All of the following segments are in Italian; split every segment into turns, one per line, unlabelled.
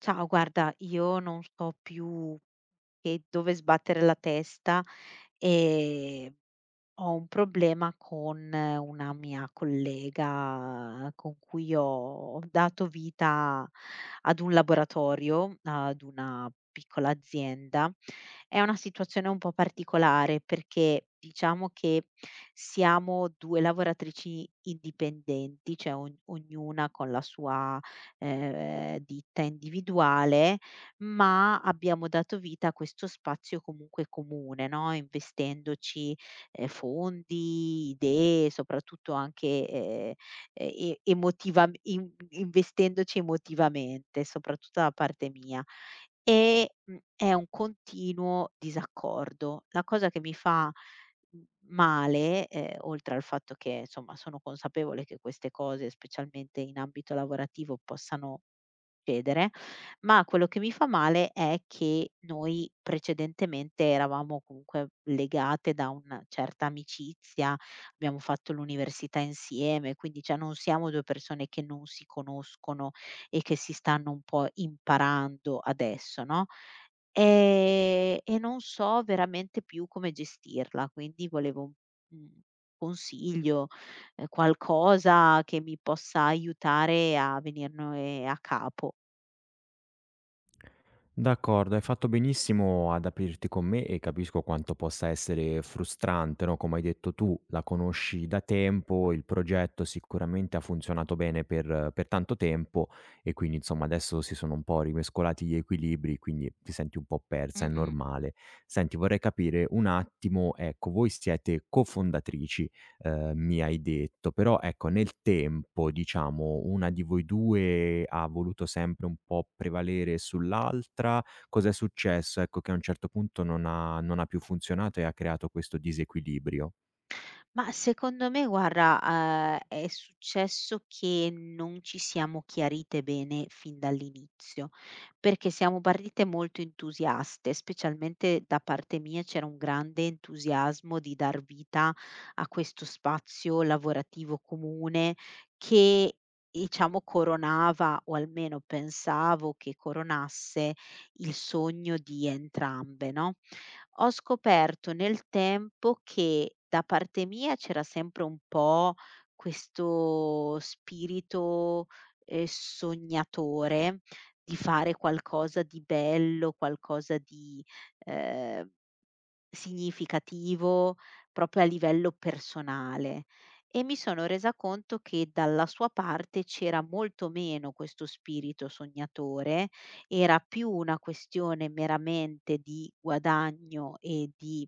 Ciao, guarda, io non so più che dove sbattere la testa. ehm Ho un problema con una mia collega con cui ho dato vita ad un laboratorio, ad una piccola azienda. È una situazione un po' particolare perché diciamo che siamo 2 lavoratrici indipendenti, cioè ognuna con la sua, ditta individuale, ma abbiamo dato vita a questo spazio comunque comune, no, investendoci fondi, idee, soprattutto anche, e emotiva in investendoci emotivamente, soprattutto da parte mia. È un continuo disaccordo. La cosa che mi fa, mhmm, male, oltre al fatto che, insomma, sono consapevole che queste cose, specialmente in ambito lavorativo, possano succedere, ma quello che mi fa male è che noi precedentemente eravamo comunque legate da una certa amicizia, abbiamo fatto l'università insieme, quindi cioè non siamo 2 persone che non si conoscono e che si stanno un po' imparando adesso, no. E non so veramente più come gestirla, quindi volevo un consiglio, qualcosa che mi possa aiutare a venirne a capo.
D'accordo, hai fatto benissimo ad aprirti con me e capisco quanto possa essere frustrante, no? Come hai detto tu, la conosci da tempo, il progetto sicuramente ha funzionato bene per tanto tempo e quindi insomma adesso si sono un po' rimescolati gli equilibri, quindi ti senti un po' persa, è
Mh-mh.
normale. Senti, vorrei capire un attimo, ecco, voi siete cofondatrici, mi hai detto. Però ecco, nel tempo, diciamo, una di voi 2 ha voluto sempre un po' prevalere sull'altra. Cos'è successo, ecco, che a un certo punto non ha più funzionato e ha creato questo disequilibrio?
Ma secondo me guarda, è successo che non ci siamo chiarite bene fin dall'inizio, perché siamo partite molto entusiaste, specialmente da parte mia c'era un grande entusiasmo di dar vita a questo spazio lavorativo comune che, diciamo, coronava, o almeno pensavo che coronasse il sogno di entrambe, no? Ho scoperto nel tempo che da parte mia c'era sempre un po' questo spirito, sognatore, di fare qualcosa di bello, qualcosa di ehm significativo, proprio a livello personale. E mi sono resa conto che dalla sua parte c'era molto meno questo spirito sognatore, era più una questione meramente di guadagno e di,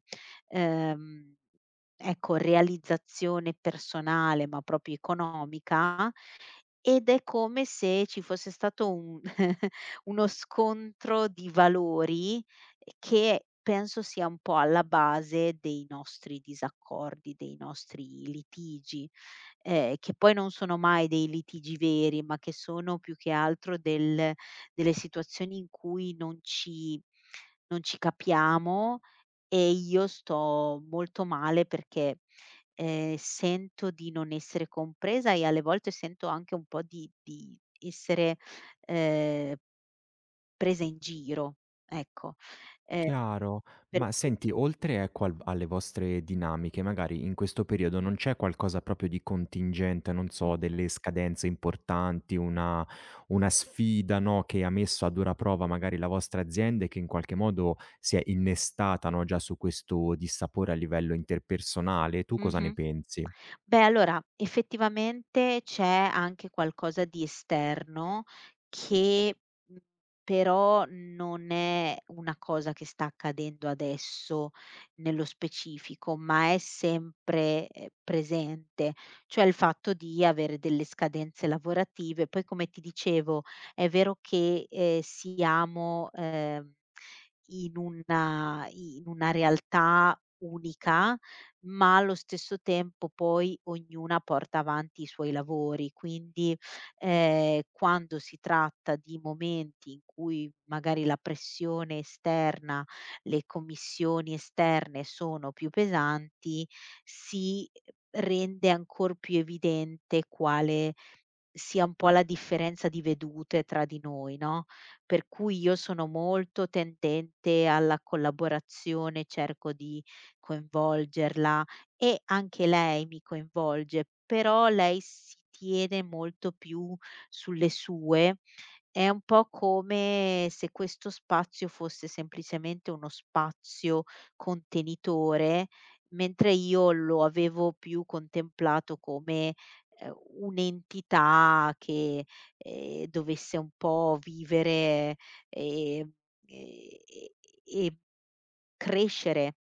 ehm, ecco, realizzazione personale, ma proprio economica, ed è come se ci fosse stato un uno scontro di valori che penso sia un po' alla base dei nostri disaccordi, dei nostri litigi, che poi non sono mai dei litigi veri, ma che sono più che altro delle situazioni in cui non ci capiamo e io sto molto male perché, sento di non essere compresa e alle volte sento anche un po' di essere, ehm presa in giro, ecco. Ehm,
Chiaro.
per
Ma
cui
senti, oltre ecco al alle vostre dinamiche, magari in questo periodo non c'è qualcosa proprio di contingente, non
mh,
so, delle scadenze importanti, una sfida, no, che ha messo a dura prova magari la vostra azienda e che in qualche modo si è innestata, no, già su questo dissapore a livello interpersonale? Tu cosa ne
mh-mh.
pensi?
Beh, allora, effettivamente c'è anche qualcosa di esterno che, mhmm, però non è una cosa che sta accadendo adesso nello specifico, ma è sempre, presente, cioè il fatto di avere delle scadenze lavorative. Poi come ti dicevo, è vero che, siamo, in una realtà unica, ma allo stesso tempo poi ognuna porta avanti i suoi lavori, quindi, quando si tratta di momenti in cui magari la pressione esterna, le commissioni esterne sono più pesanti, si rende ancor più evidente quale sia un po' la differenza di vedute tra di noi, no, per cui io sono molto tendente alla collaborazione, cerco di coinvolgerla e anche lei mi coinvolge, però lei si tiene molto più sulle sue. È un po' come se questo spazio fosse semplicemente uno spazio contenitore, mentre io lo avevo più contemplato come, ehm, un'entità che, dovesse un po' vivere, ehm, e e e crescere.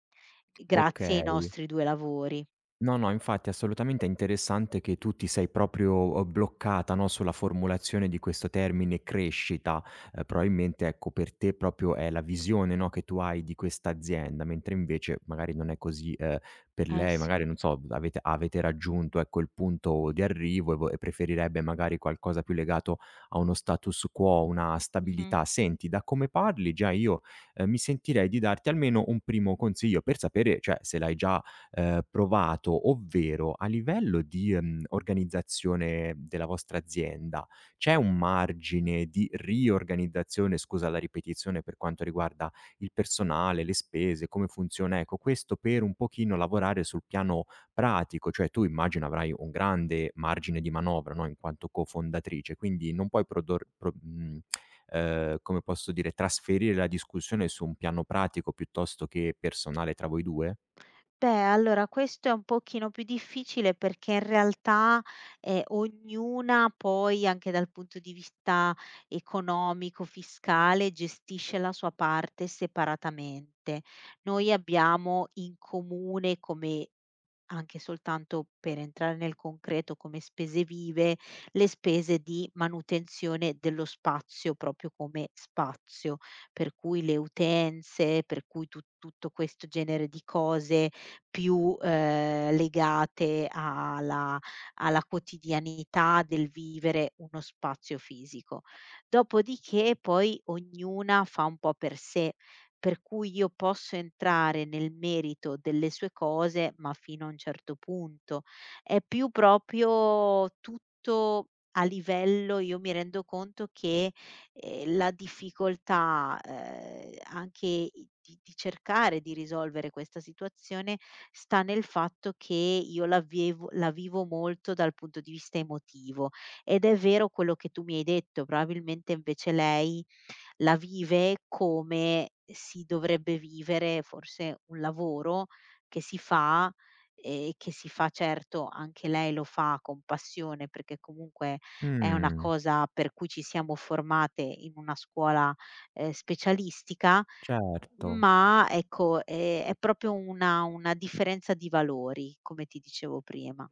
Grazie ai
Okay.
nostri 2 lavori.
No, no, infatti assolutamente è interessante che tu ti sei proprio, bloccata, no, sulla formulazione di questo termine crescita. Probabilmente, ecco, per te proprio è la visione, no, che tu hai di questa azienda, mentre invece magari non è così, per
Eh
lei.
sì,
Magari, non so, avete raggiunto, ecco, il punto di arrivo e vo e preferirebbe magari qualcosa più legato a uno status quo, una
mh-mh.
stabilità. Senti, da come parli già io, mi sentirei di darti almeno un primo consiglio per sapere, cioè, se l'hai già provato, ovvero a livello di, organizzazione della vostra azienda, c'è un margine di riorganizzazione, scusa la ripetizione, per quanto riguarda il personale, le spese, come funziona? Ecco, questo per un pochino lavorare sul piano pratico, cioè tu immagino avrai un grande margine di manovra, no, in quanto cofondatrice, quindi non puoi come posso dire, trasferire la discussione su un piano pratico piuttosto che personale tra voi 2?
Beh, allora questo è un pochino più difficile perché in realtà, ognuna poi anche dal punto di vista economico, fiscale, gestisce la sua parte separatamente. Noi abbiamo in comune, come, anche soltanto per entrare nel concreto, come spese vive, le spese di manutenzione dello spazio proprio come spazio, per cui le utenze, per cui tu tutto questo genere di cose più, legate alla quotidianità del vivere uno spazio fisico. Dopodiché poi ognuna fa un po' per sé. Per cui io posso entrare nel merito delle sue cose, ma fino a un certo punto. È più proprio tutto a livello, io mi rendo conto che, la difficoltà, anche i di cercare di risolvere questa situazione sta nel fatto che io la vivo molto dal punto di vista emotivo. Ed è vero quello che tu mi hai detto, probabilmente invece lei la vive come si dovrebbe vivere forse un lavoro che si fa, e che si fa certo anche lei, lo fa con passione, perché comunque è una
Mh.
cosa per cui ci siamo formate in una scuola, specialistica,
Certo.
ma ecco, è proprio una differenza di valori, come ti dicevo prima.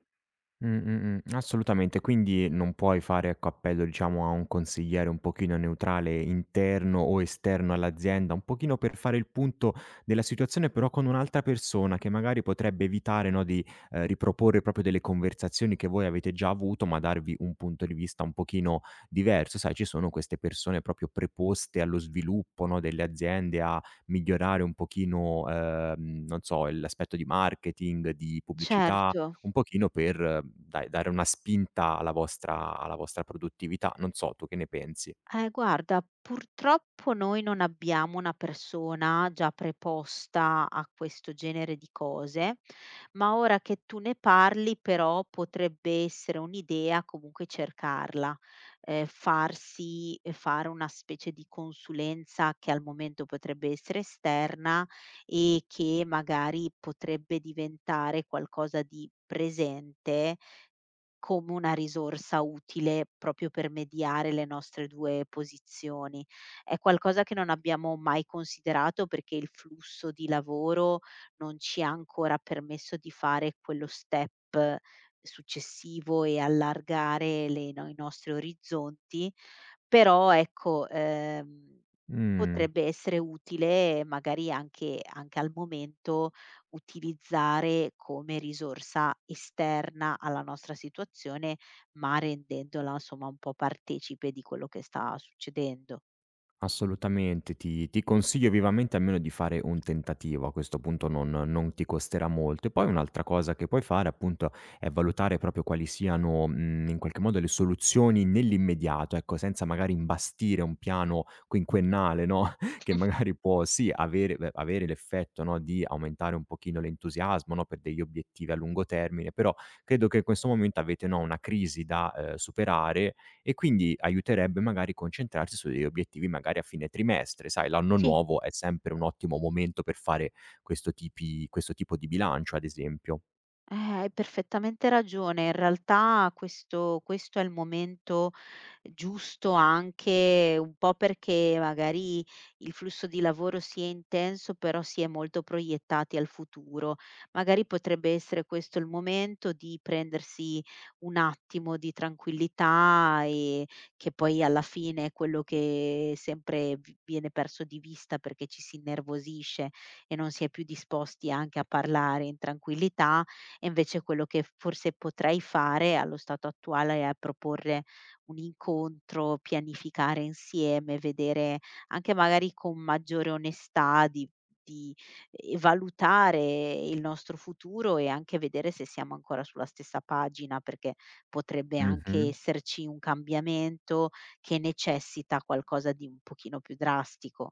Assolutamente. Quindi non puoi fare, ecco, appello, diciamo, a un consigliere un pochino neutrale interno o esterno all'azienda, un pochino per fare il punto della situazione, però con un'altra persona che magari potrebbe evitare, no, di, riproporre proprio delle conversazioni che voi avete già avuto, ma darvi un punto di vista un pochino diverso. Sai, ci sono queste persone proprio preposte allo sviluppo, no, delle aziende, a migliorare un pochino, non so, l'aspetto di marketing, di pubblicità.
Certo.
Un pochino per, dai, dare una spinta alla vostra produttività. Non so, tu che ne pensi?
Guarda, purtroppo noi non abbiamo una persona già preposta a questo genere di cose, ma ora che tu ne parli però potrebbe essere un'idea comunque cercarla, farsi fare una specie di consulenza che al momento potrebbe essere esterna e che magari potrebbe diventare qualcosa di presente, come una risorsa utile proprio per mediare le nostre 2 posizioni. È qualcosa che non abbiamo mai considerato perché il flusso di lavoro non ci ha ancora permesso di fare quello step successivo e allargare le no i nostri orizzonti, però ecco,
Mh.
potrebbe essere utile magari anche al momento utilizzare come risorsa esterna alla nostra situazione, ma rendendola insomma un po' partecipe di quello che sta succedendo.
Assolutamente, ti consiglio vivamente almeno di fare un tentativo, a questo punto non ti costerà molto. E poi un'altra cosa che puoi fare appunto è valutare proprio quali siano, in qualche modo le soluzioni nell'immediato, ecco, senza magari imbastire un piano quinquennale, no, che magari può sì avere beh, avere l'effetto, no, di aumentare un pochino l'entusiasmo, no, per degli obiettivi a lungo termine, però credo che in questo momento avete, no, una crisi da, superare e quindi aiuterebbe magari concentrarsi su degli obiettivi magari a fine trimestre. Sai, l'anno
Sì.
nuovo è sempre un ottimo momento per fare questo tipo di bilancio, ad esempio.
Hai perfettamente ragione. In realtà questo è il momento giusto anche un po' perché magari il flusso di lavoro si è intenso, però si è molto proiettati al futuro. Magari potrebbe essere questo il momento di prendersi un attimo di tranquillità, e che poi alla fine è quello che sempre v viene perso di vista perché ci si innervosisce e non si è più disposti anche a parlare in tranquillità, e invece quello che forse potrei fare allo stato attuale è proporre un incontro, pianificare insieme, vedere anche magari con maggiore onestà di, valutare il nostro futuro e anche vedere se siamo ancora sulla stessa pagina, perché potrebbe
Mh-mh.
anche esserci un cambiamento che necessita qualcosa di un pochino più drastico.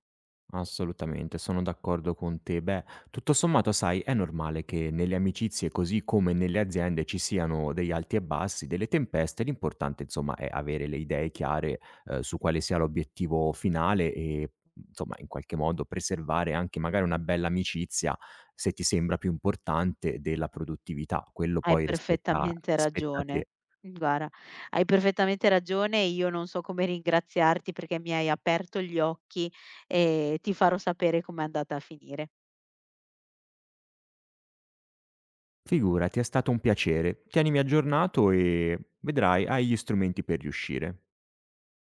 Assolutamente, sono d'accordo con te. Beh, tutto sommato, sai, è normale che nelle amicizie, così come nelle aziende, ci siano degli alti e bassi, delle tempeste. L'importante, insomma, è avere le idee chiare, su quale sia l'obiettivo finale e, insomma, in qualche modo preservare anche magari una bella amicizia, se ti sembra più importante della produttività. Quello
Hai
poi
perfettamente
spetta a
ragione.
te.
Guarda, hai perfettamente ragione e io non so come ringraziarti perché mi hai aperto gli occhi e ti farò sapere com'è andata a finire.
Figurati, è stato un piacere. Tienimi aggiornato e vedrai, hai gli strumenti per riuscire.